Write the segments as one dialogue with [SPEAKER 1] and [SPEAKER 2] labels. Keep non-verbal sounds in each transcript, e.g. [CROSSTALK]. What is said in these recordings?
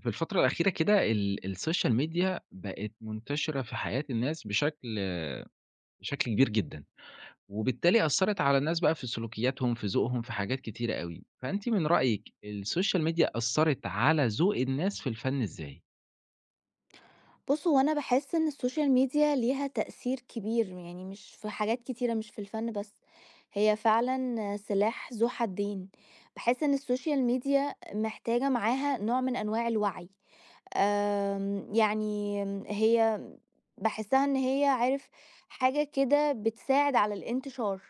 [SPEAKER 1] في الفترة الأخيرة كده السوشيال ميديا بقت منتشرة في حياة الناس بشكل كبير جدًا، وبالتالي أثّرت على الناس بقى في سلوكياتهم، في ذوقهم، في حاجات كتيرة أوي، فأنتِ من رأيِك السوشيال ميديا أثّرت على ذوق الناس في الفن إزاي؟
[SPEAKER 2] بُص، هو أنا باحس إن السوشيال ميديا ليها تأثير كبير، يعني مش في حاجات كتيرة، مش في الفن بس، هي فعلًا سلاح ذو حدين. باحس إن السوشيال ميديا محتاجة معاها نوع من أنواع الوعي، آمم، يعني آمم، هي باحسّها إن هي عارف حاجة كده بتساعد على الانتشار،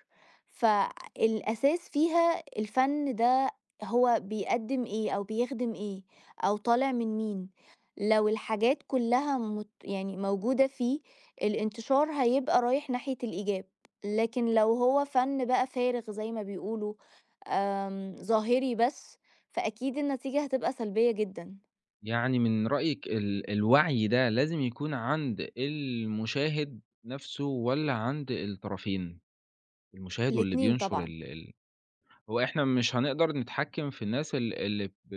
[SPEAKER 2] فالأساس فيها الفن ده هو بيقدّم إيه أو بيخدم إيه أو طالع من مين، لو الحاجات كلّها مت يعني موجودة فيه الانتشار هيبقى رايح ناحية الإيجاب، لكن لو هو فن بقى فارغ زي ما بيقولوا ظاهري بس، فأكيد النتيجة هتبقى سلبية جدًا،
[SPEAKER 1] يعني من رأيِك الوعي ده لازم يكون عند المشاهد نَفْسه والّا عند الطرفين، المشاهد واللي
[SPEAKER 2] الاتنين
[SPEAKER 1] بينشر
[SPEAKER 2] طبعًا.
[SPEAKER 1] ال ال هو إحنا مش هنقدر نتحكم في الناس اللي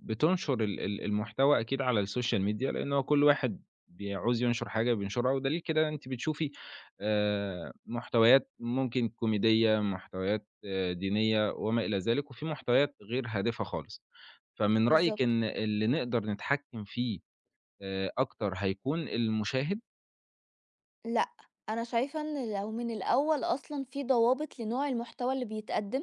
[SPEAKER 1] بتنشر ال ال المحتوى أكيد على السوشيال ميديا، لأن هو كل واحد بيعوز ينشر حاجة بينشرها، ودليل كده أنتِ بتشوفي محتويات ممكن كوميدية، محتويات دينية وما إلى ذلك، وفي محتويات غير هادفة خالص. فمن رأيِك
[SPEAKER 2] بالضبط.
[SPEAKER 1] إن اللي نقدر نتحكم فيه أكتر هيكون المشاهد؟
[SPEAKER 2] لأ، أنا شايفة إن لو من الأول أصلًا في ضوابط لنوع المحتوى اللي بيتقدّم،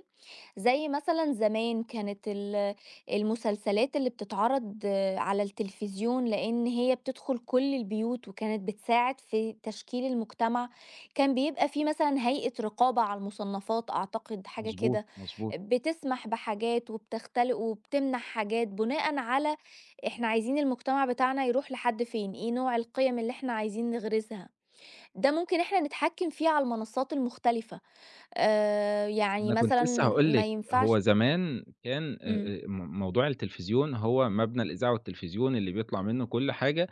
[SPEAKER 2] زي مثلًا زمان كانت المسلسلات اللي بتتعرض آه، على التلفزيون، لإن هي بتدخل كل البيوت وكانت بتساعد في تشكيل المجتمع، كان بيبقى في مثلًا هيئة رقابة على المصنفات أعتقد حاجة
[SPEAKER 1] مضبوط،
[SPEAKER 2] كده،
[SPEAKER 1] مضبوط.
[SPEAKER 2] بتسمح بحاجات وبتختلق وبتمنع حاجات بناءً على إحنا عايزين المجتمع بتاعنا يروح لحد فين، إيه نوع القيم اللي إحنا عايزين نغرسها، ده ممكن إحنا نتحكم فيه على المنصات المختلفة، يعني
[SPEAKER 1] أنا كنت
[SPEAKER 2] مثلًا
[SPEAKER 1] لسه هاقول
[SPEAKER 2] ما
[SPEAKER 1] لِك، هو
[SPEAKER 2] ينفعش
[SPEAKER 1] زمان كان
[SPEAKER 2] إمم،
[SPEAKER 1] م موضوع التلفزيون هو مبنى الإذاعة والتلفزيون اللي بيطلع منه كل حاجة،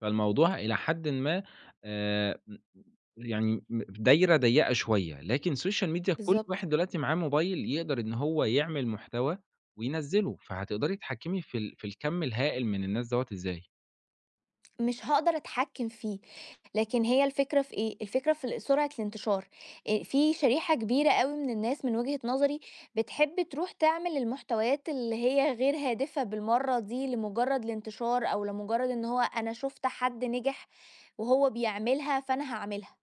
[SPEAKER 1] فالموضوع إلى حدٍ ما آآ يعني دايرة ضيّقة شوية، لكن السوشيال ميديا كل
[SPEAKER 2] بالضبط.
[SPEAKER 1] واحد دلوقتي معاه موبايل يقدر إن هو يعمل محتوى وينزّله، فهتقدري تتحكمي في الكم الهائل من الناس دوّة إزاي.
[SPEAKER 2] مش هاقدر أتحكم فيه، لكن هي الفكرة في إيه، الفكرة في سرعة الانتشار، في شريحة كبيرة أوي من الناس من وجهة نظري بتحب تروح تعمل المحتويات اللي هي غير هادفة بالمرّة دي لمجرد الانتشار، أو لمجرد إن هو أنا شُفت حد نجح وهو بيعملها فأنا هاعملها.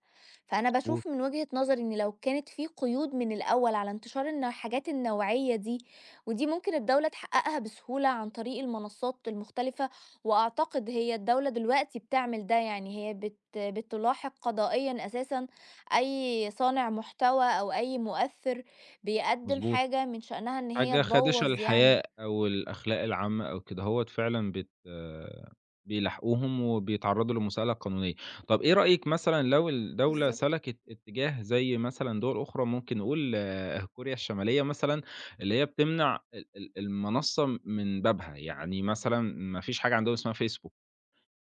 [SPEAKER 2] فأنا
[SPEAKER 1] مضبوط،
[SPEAKER 2] باشوف من وجهة نظري إن لو كانت في قيود من الأول على انتشار النوع الحاجات النوعية دي، ودي ممكن الدولة تحققها بسهولة عن طريق المنصات المختلفة وأعتقد هي الدولة دلوقتي بتعمل ده يعني هي بتلاحق قضائيًا أساسًا أي صانع محتوى أو أي مؤثر بيقدم
[SPEAKER 1] مضبوط.
[SPEAKER 2] حاجة من شأنها إن هي
[SPEAKER 1] حاجة خادشة
[SPEAKER 2] تبوظ يعني
[SPEAKER 1] للحياء أو الأخلاق العامة أو كده هوّة فعلًا بت آه، بيلاحقوهم وبيتعرّضوا للمساءلة القانونية. طَب إيه رأيك مثلًا لو الدولة
[SPEAKER 2] بالضبط،
[SPEAKER 1] سلكت اتجاه زي مثلًا دول أخرى ممكن نقول كوريا الشمالية مثلًا، اللي هي بتمنع ال ال المنصة من بابها، يعني مثلًا ما فيش حاجة عندهم اسمها فيسبوك،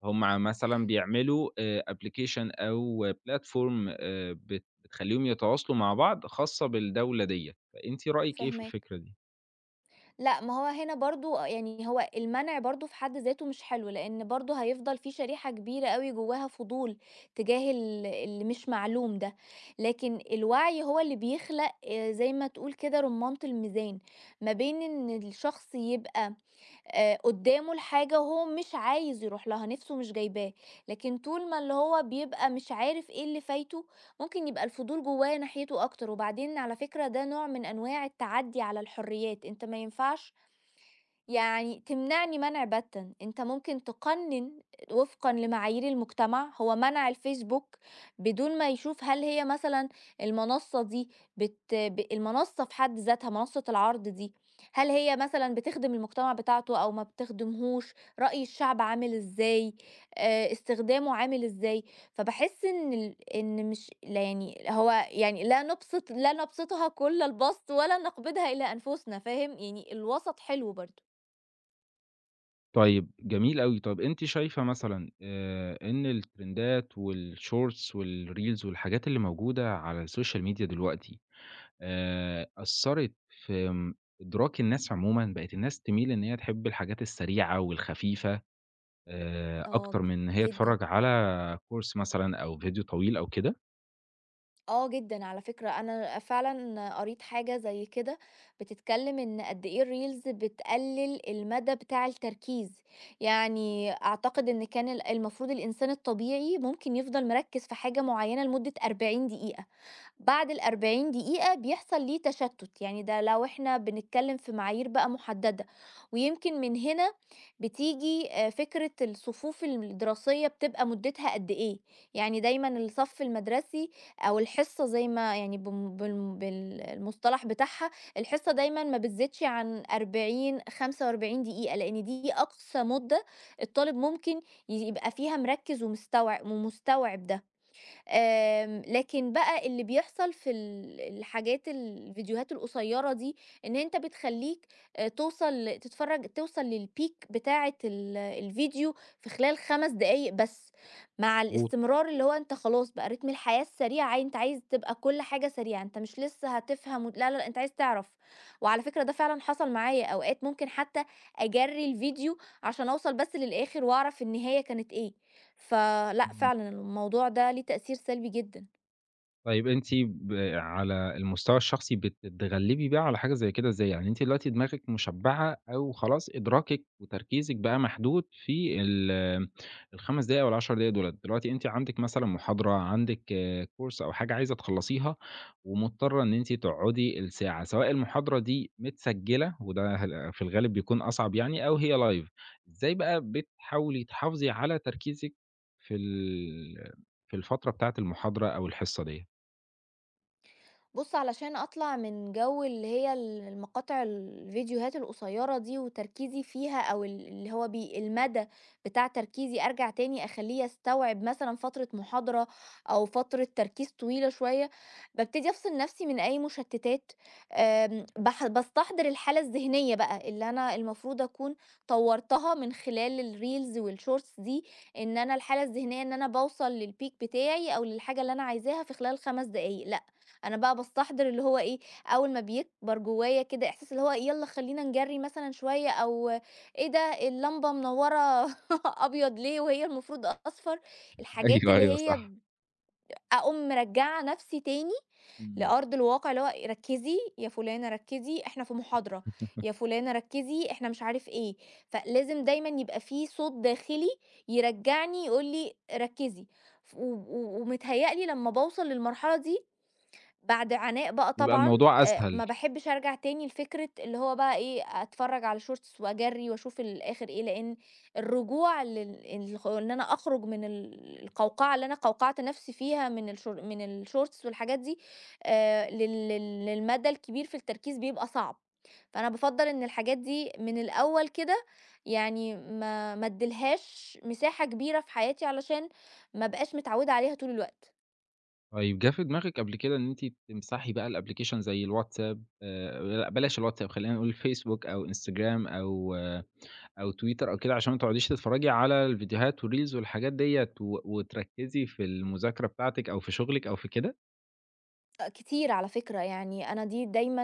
[SPEAKER 1] هم مثلًا بيعملوا application أو platform بت بتخلّيهم يتواصلوا مع بعض خاصة بالدولة ديّة، فأنتِ رأيِك إيه في
[SPEAKER 2] فاهماك.
[SPEAKER 1] الفكرة دي؟
[SPEAKER 2] لأ، ما هو هنا برضه يعني هو المنع برضه في حد ذاته مش حلو، لأن برضه هيفضل في شريحة كبيرة أوي جواها فضول تجاه اللي مش معلوم ده، لكن الوعي هو اللي بيخلق زي ما تقول كده رمانة الميزان، ما بين إن الشخص يبقى قدّامه الحاجة وهو مش عايز يروح لها، نِفْسه مش جايباه، لكن طول ما اللي هو بيبقى مش عارف إيه اللي فايته، ممكن يبقى الفضول جوّاه ناحيته أكتر، وبعدين على فكرة ده نوع من أنواع التعدّي على الحريات، أنت ما ينفعش يعني تمنعني منع بتّا، أنت ممكن تقنّن وفقًا لمعايير المجتمع، هو منع الفيسبوك بدون ما يشوف هل هي مثلًا المنصة دي بت ب المنصة في حد ذاتها، منصة العرض دي، هل هي مثلًا بتخدم المجتمع بتاعته أو ما بتخدمهوش، رأي الشعب عامل إزاي، استخدامه عامل إزاي، فباحس إن ال إن مش لا يعني هو يعني لا نبسطها كل البسط ولا نقبضها إلى أنفسنا، فاهم، يعني الوسط حلو برضه.
[SPEAKER 1] طيب جميل أوي، طب أنتِ شايفة مثلًا إن الترندات والshorts والreels والحاجات اللي موجودة على السوشيال ميديا دلوقتي، أثّرت في إدراك الناس عمومًا، بقت الناس تميل إن هي تحب الحاجات السريعة والخفيفة
[SPEAKER 2] آه،
[SPEAKER 1] أكتر من إن هي
[SPEAKER 2] جدًا،
[SPEAKER 1] تتفرّج على course مثلًا أو فيديو طويل أو كده؟
[SPEAKER 2] آه جدًا على فكرة، أنا فعلًا قريت حاجة زي كده بتتكلم إن قد إيه الreels بتقلل المدى بتاع التركيز، يعني أعتقد إن كان المفروض الإنسان الطبيعي ممكن يفضل مركّز في حاجة معيّنة لمدة 40 دقيقة. بعد ال40 دقيقة بيحصل ليه تشتت، يعني ده لو إحنا بنتكلم في معايير بقى مُحددة، ويمكن من هنا بتيجي فكرة الصفوف الدراسية بتبقى مُدّتها قد إيه، يعني دايمًا الصف المدرسي أو الحصة زي ما يعني بم بالم بالمصطلح بتاعها، الحصة دايمًا ما بتزيدش عن 40، 45 دقيقة، لإن دي أقصى مُدة الطالب ممكن يبقى فيها مركّز ومستوعب ده. لكن بقى اللي بيحصل في ال الحاجات الفيديوهات القصيرة دي، إن أنت بتخلّيك توصل للpeak بتاعة الفيديو في خلال 5 دقايق بس، مع
[SPEAKER 1] مضبوط.
[SPEAKER 2] الاستمرار اللي هو أنت خلاص بقى رتم الحياة السريع عاي أنت عايز تبقى كل حاجة سريعة، أنت مش لسه هتفهم وت لا، لا، لأ، أنت عايز تعرف. وعلى فكرة ده فعلًا حصل معايا، أوقات ممكن حتى أجرّي الفيديو عشان أوصل بس للآخر وأعرف النهاية كانت إيه. فلأ
[SPEAKER 1] إمم.
[SPEAKER 2] فعلًا الموضوع ده ليه تأثير سلبي جدًا.
[SPEAKER 1] طيب أنتِ على المستوى الشخصي بتتغلبي بقى على حاجة زي كده إزاي؟ يعني أنتِ دلوقتي دماغِك مشبعة أو خلاص إدراكِك وتركيزِك بقى محدود في ال5 دقايق أو ال10 دقايق دُولة، دلوقتي أنتِ عندِك مثلًا محاضرة، عندِك كورس أو حاجة عايزة تخلّصيها ومضطرة إن أنتِ تقعدي الساعة، سواء المحاضرة دي متسجلة وده هل في الغالب بيكون أصعب يعني أو هي live، إزاي بقى بتحاولي تحافظي على تركيزِك في ال في الفترة بتاعة المحاضرة أو الحصة ديّة؟
[SPEAKER 2] بُص، علشان أطلع من جو اللي هي ال المقاطع الفيديوهات القصيرة دي وتركيزي فيها أو ال اللي هو بي المدى بتاع تركيزي، أرجع تاني أخلّيه يستوعب مثلًا فترة محاضرة أو فترة تركيز طويلة شوية، بابتدي أفصل نفسي من أي مشتتات، آمم، باح باستحضر الحالة الذهنية بقى اللي أنا المفروض أكون طوّرتها من خلال الreels والshorts دي، إن أنا الحالة الذهنية إن أنا باوصل للpeak بتاعي أو للحاجة اللي أنا عايزاها في خلال 5 دقايق. أنا بقى باستحضر اللي هو إيه، أول ما بيكبر جوايا كده إحساس اللي هو إيه، يالّا خلّينا نجرّي مثلًا شوية أو إيه ده اللمبة منوّرة [LAUGHS] أبيض ليه وهي المفروض أصفر، الحاجات
[SPEAKER 1] أيوه،
[SPEAKER 2] اللي
[SPEAKER 1] أيوه
[SPEAKER 2] هي
[SPEAKER 1] صح.
[SPEAKER 2] ب أقوم مرجّعة نَفْسي تاني
[SPEAKER 1] إمم.
[SPEAKER 2] لأرض الواقع، اللي هو ركّزي يا فُلانة ركّزي إحنا في محاضرة، يا فُلانة ركّزي إحنا مش عارف إيه، فلازم دايمًا يبقى في صوت داخلي يرجّعني يقول لي ركّزي، ف و و ومتهيأ لي لمّا باوصل للمرحلة دي بعد عناء بقى
[SPEAKER 1] بيبقى
[SPEAKER 2] طبعًا.
[SPEAKER 1] الموضوع أسهل.
[SPEAKER 2] ما باحبش أرجع تاني لفكرة اللي هو بقى إيه، أتفرّج على shorts وأجرّي وأشوف الآخر إيه، لإن الرجوع لل الخ إن أنا أخرج من القوقعة اللي أنا قوقعت نفسي فيها من الشور من الshorts والحاجات دي لل لل للمدى الكبير في التركيز بيبقى صعب، فأنا بافضّل إن الحاجات دي من الأول كده يعني ما ادّيلهاش مساحة كبيرة في حياتي علشان ما ابقاش متعودة عليها طول الوقت.
[SPEAKER 1] طيب جه في دماغِك قبل كده إن أنتِ تمسحي بقى الأبلكيشن زي الواتساب لأ بلاش الواتساب خلّينا نقول فيسبوك أو إنستجرام أو تويتر أو كده، عشان ما تقعديش تتفرّجي على الفيديوهات والreels والحاجات ديّة و وتركّزي في المذاكرة بتاعتِك أو في شغلِك أو في كده؟
[SPEAKER 2] أ كتير على فكرة، يعني أنا دي دايمًا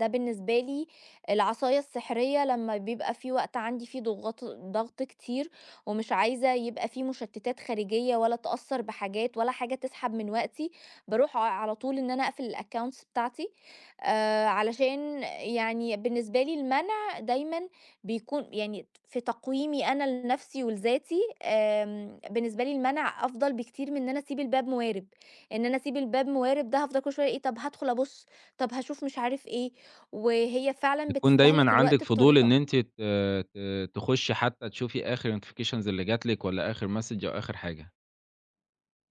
[SPEAKER 2] ده بالنسبة لي العصاية السحرية لمّا بيبقى في وقت عندي فيه ضغط كتير ومش عايزة يبقى في مشتتات خارجية ولا أتأثّر بحاجات ولا حاجة تسحب من وقتي، باروح على طول إن أنا أقفل الaccounts بتاعتي علشان يعني بالنسبة لي المنع دايمًا بيكون يعني في تقييمي أنا لنفسي ولذاتي، بالنسبة لي المنع أفضل بكتير من إن أنا أسيب الباب موارب. إن أنا أسيب الباب موارب ده هافضل كل شوية إيه، طب هادخل أبُص، طب هاشوف مش عارف إيه، وهي فعلًا
[SPEAKER 1] بيكون دايمًا
[SPEAKER 2] بتستهلك
[SPEAKER 1] عندِك
[SPEAKER 2] الوقت
[SPEAKER 1] فضول إن
[SPEAKER 2] بطريقة.
[SPEAKER 1] أنتِ ت ت تخُشّي حتى تشوفي آخر notifications اللي جات لِك والّا آخر message أو آخر حاجة؟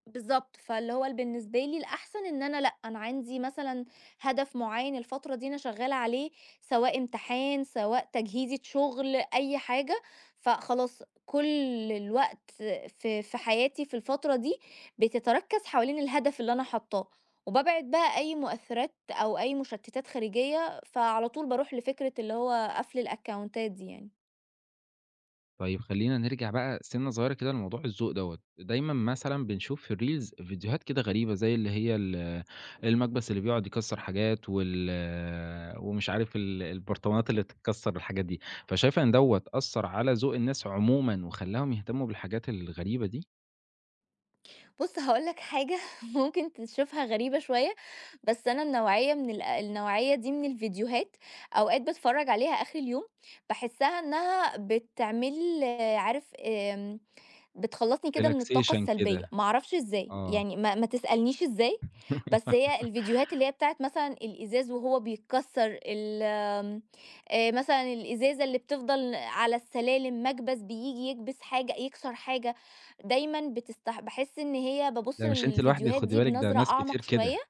[SPEAKER 2] بالضبط، فاللي هو ال بالنسبة لي الأحسن إن أنا لأ، أنا عندي مثلًا هدف معيّن الفترة دي أنا شغّالة عليه، سواء امتحان، سواء تجهيزة شغل، أي حاجة، فخلاص كل الوقت في حياتي في الفترة دي بتتركّز حوالين الهدف اللي أنا حاطاه، وبابعد بقى أي مؤثِّرات أو أي مشتتات خارجية، فعلى طول باروح لفكرة اللي هو قفل الأكاونتات دي يعني.
[SPEAKER 1] طيب خلّينا نرجع بقى سِنّة صغيّرة كده لموضوع الذوق دوّة، دايمًا مثلًا بنشوف في الreels فيديوهات كده غريبة زي اللي هي المكبس اللي بيقعد يكسّر حاجات ومش عارف البرطمانات اللي بتتكسّر والحاجات دي، فشايفة إن دوّة أثّر على ذوق الناس عمومًا وخلّاهم يهتمّوا بالحاجات الغريبة دي؟
[SPEAKER 2] بُص هاقول لك حاجة [LAUGHS] ممكن تشوفها غريبة شوية، بس أنا النوعية من النوعية دي من الفيديوهات أوقات باتفرّج عليها آخر اليوم، باحسّها إنها بتعمل عارف، بتخلّصني كده من الطاقة
[SPEAKER 1] relaxation
[SPEAKER 2] السلبية،
[SPEAKER 1] كده،
[SPEAKER 2] ما أعرفش إزاي،
[SPEAKER 1] آه.
[SPEAKER 2] يعني ما تسألنيش إزاي، بس
[SPEAKER 1] [LAUGHS]
[SPEAKER 2] هي الفيديوهات اللي هي بتاعة مثلًا الإزاز وهو بيتكسّر، ال آمم، مثلًا الإزازة اللي بتفضل على السلالم، مكبس بييجي يكبس حاجة يكسر حاجة، دايمًا باحس إن هي بابُص
[SPEAKER 1] ده مش أنتِ لوحدِك
[SPEAKER 2] للفيديوهات
[SPEAKER 1] خُدي
[SPEAKER 2] دي
[SPEAKER 1] بالِك ده
[SPEAKER 2] بنظرة
[SPEAKER 1] ناس كتير
[SPEAKER 2] أعمق شوية.
[SPEAKER 1] كده،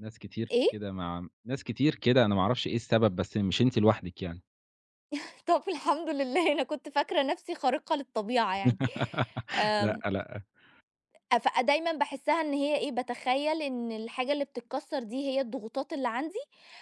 [SPEAKER 1] ناس كتير
[SPEAKER 2] إيه؟
[SPEAKER 1] كده مع ناس كتير كده، أنا ما أعرفش إيه السبب بس مش أنتِ لوحدِك يعني.
[SPEAKER 2] [LAUGHS] طب الحمد لله أنا كنت فاكرة نَفْسي خارقة للطبيعة يعني،
[SPEAKER 1] [LAUGHS] لأ،
[SPEAKER 2] آمم
[SPEAKER 1] لأ.
[SPEAKER 2] أ فدايمًا باحسّها إن هي إيه، باتخيّل إن الحاجة اللي بتتكسّر دي هي الضغوطات اللي عندي،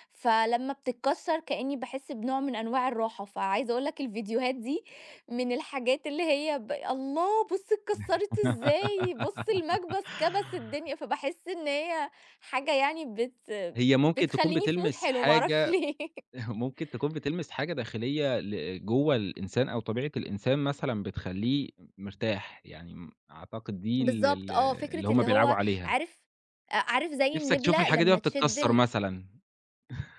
[SPEAKER 2] فلمّا بتتكسّر كإنّي باحس بنوع من أنواع الراحة، فعايزة أقول لك الفيديوهات دي من الحاجات اللي هي ب الله! بُص اتكسّرت إزاي، بُص
[SPEAKER 1] [LAUGHS]
[SPEAKER 2] المكبس كبس الدنيا، فباحس إن هي حاجة يعني
[SPEAKER 1] هي ممكن تكون
[SPEAKER 2] بتخلّيني في mood
[SPEAKER 1] بتلمس
[SPEAKER 2] حلو ما أعرفش
[SPEAKER 1] حاجة
[SPEAKER 2] ليه. [LAUGHS]
[SPEAKER 1] [LAUGHS] ممكن تكون بتلمس حاجة داخلية جوّه الإنسان أو طبيعة الإنسان مثلًا بتخلّيه مرتاح، يعني أعتقد دي ال
[SPEAKER 2] بالضبط
[SPEAKER 1] ال
[SPEAKER 2] آه، فكرة
[SPEAKER 1] اللي هم
[SPEAKER 2] اللي
[SPEAKER 1] بيلعبوا
[SPEAKER 2] هو
[SPEAKER 1] عليها.
[SPEAKER 2] عارف، أ عارف زي
[SPEAKER 1] نِفْسك تشوف
[SPEAKER 2] النبلة
[SPEAKER 1] الحاجة دي وهي
[SPEAKER 2] لمّا تشد
[SPEAKER 1] بتتكسّر
[SPEAKER 2] ال
[SPEAKER 1] مثلًا.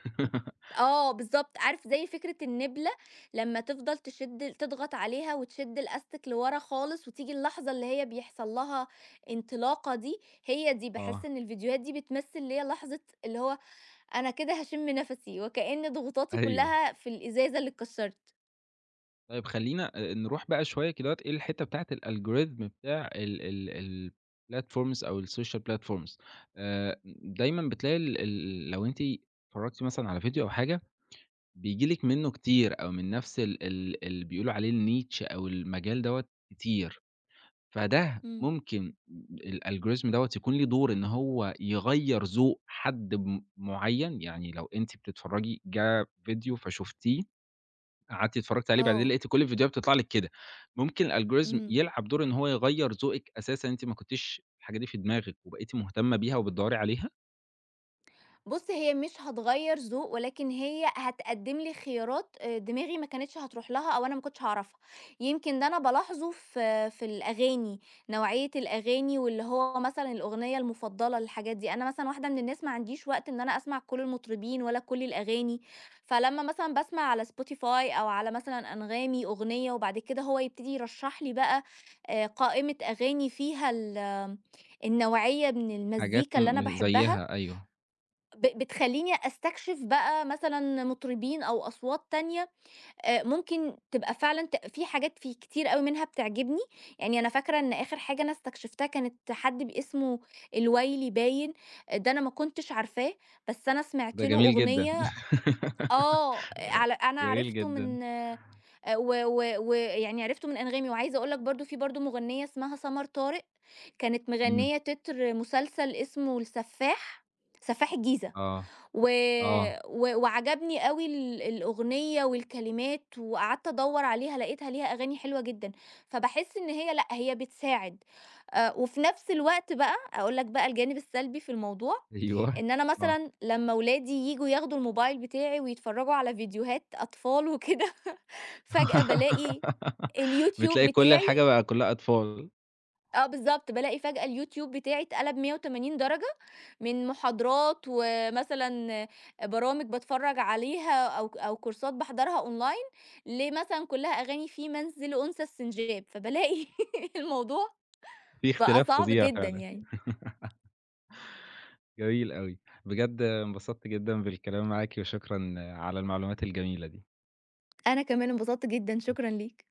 [SPEAKER 1] [LAUGHS]
[SPEAKER 2] آه بالضبط، عارف زي فكرة النبلة لمّا تفضل تشد تضغط عليها وتشد الأستك لورا خالص وتيجي اللحظة اللي هي بيحصل لها انطلاقة دي، هي دي باحس
[SPEAKER 1] آه،
[SPEAKER 2] إن الفيديوهات دي بتمثّل ليّا لحظة اللي هو أنا كده هاشم نَفَسي، وكأن ضغوطاتي
[SPEAKER 1] أيوه.
[SPEAKER 2] كلّها في الإزازة اللي اتكسرت.
[SPEAKER 1] طيب خلّينا نروح بقى شوية كدهوّة إيه الحتّة بتاعة الalgorithm بتاع ال ال الplatforms أو الsocial platforms. دايمًا بتلاقي ال ال لو أنتِ اتفرّجتِ مثلًا على فيديو أو حاجة بييجي لِك منّه كتير أو من نفس ال ال اللي بيقولوا عليه الniche أو المجال دوّة كتير، فده
[SPEAKER 2] إمم.
[SPEAKER 1] ممكن الalgorithm دوّة يكون ليه دور إن هو يغيّر ذوق حد معيّن، يعني لو أنتِ بتتفرّجي جه فيديو فشُفتيه، قعدتِ اتفرّجتِ عليه بعدين
[SPEAKER 2] آه،
[SPEAKER 1] لقيتِ كل الفيديوهات بتطلع لِك كده، ممكن الalgorithm
[SPEAKER 2] إمم.
[SPEAKER 1] يلعب دور إن هو يغيّر ذوقِك أساسًا أنتِ ما كنتيش الحاجة دي في دماغِك وبقيتِ مهتمة بيها وبتدوّري عليها،
[SPEAKER 2] بُص، هي مش هتغيّر ذوق، ولكن هي هتقدّم لي خيارات دماغي ما كانتش هتروح لها أو أنا ما كنتش هاعرفها. يمكن ده أنا بالاحظه في الأغاني، نوعية الأغاني واللي هو مثلًا الأغنية المفضلة، الحاجات دي. أنا مثلًا واحدة من الناس ما عنديش وقت إن أنا أسمع كل المطربين ولا كل الأغاني، فلمّا مثلًا باسمع على spotify أو على مثلًا أنغامي أغنية وبعد كده هو يبتدي يرشّح لي بقى قائمة أغاني فيها النوعية من
[SPEAKER 1] حاجات
[SPEAKER 2] المزيكا اللي أنا باحبها،
[SPEAKER 1] زيّها أيوه،
[SPEAKER 2] بتخلّيني أستكشف بقى مثلًا مطربين أو أصوات تانية ممكن تبقى فعلًا في حاجات في كتير أوي منها بتعجبني، يعني أنا فاكرة إن آخر حاجة أنا استكشفتها كانت حد اسمه الويلي باين، آه، ده أنا ما كنتش عارفاه، بس أنا سمعت
[SPEAKER 1] ده
[SPEAKER 2] له
[SPEAKER 1] جميل جدًا،
[SPEAKER 2] أغنية آه، على أنا
[SPEAKER 1] جميل
[SPEAKER 2] عرفته
[SPEAKER 1] جدًا،
[SPEAKER 2] من و و ويعني عرفته من أنغامي، وعايزة أقول لك برضه في برضه مغنية اسمها سمر طارق، كانت
[SPEAKER 1] إمم،
[SPEAKER 2] مغنية تتر مسلسل اسمه السفاح، سفاح الجيزة.
[SPEAKER 1] آه.
[SPEAKER 2] و
[SPEAKER 1] آه،
[SPEAKER 2] و وعجبني أوي الأغنية والكلمات، وقعدت أدوّر عليها لقيتها ليها أغاني حلوة جدًا، فباحس إن هي لأ، هي بتساعد. وفي نفس الوقت بقى أقول لك بقى الجانب السلبي في الموضوع،
[SPEAKER 1] أيوه،
[SPEAKER 2] إن أنا
[SPEAKER 1] آه.
[SPEAKER 2] مثلًا لمّا ولادي ييجوا ياخدوا الموبايل بتاعي ويتفرّجوا على فيديوهات أطفال وكده، [LAUGHS] فجأة بالاقي
[SPEAKER 1] [LAUGHS]
[SPEAKER 2] الYouTube
[SPEAKER 1] بتلاقي كل
[SPEAKER 2] بتاعي
[SPEAKER 1] الحاجة بقى كلّها أطفال،
[SPEAKER 2] آه بالضبط، بالاقي فجأة الYouTube بتاعي اتقلب 180 درجة، من محاضرات ومثلًا برامج باتفرّج عليها أو كورسات باحضرها online لمثلًا كلها أغاني في منزل أنثى السنجاب، فبالاقي [LAUGHS] الموضوع
[SPEAKER 1] في
[SPEAKER 2] بقى
[SPEAKER 1] اختلاف
[SPEAKER 2] صعب
[SPEAKER 1] فظيع
[SPEAKER 2] جدًا
[SPEAKER 1] فعلًا،
[SPEAKER 2] يعني.
[SPEAKER 1] جميل أوي، بجد انبسطت جدًا بالكلام معاكِ وشكرًا على المعلومات الجميلة دي.
[SPEAKER 2] أنا كمان انبسطت جدًا، شكرًا ليك.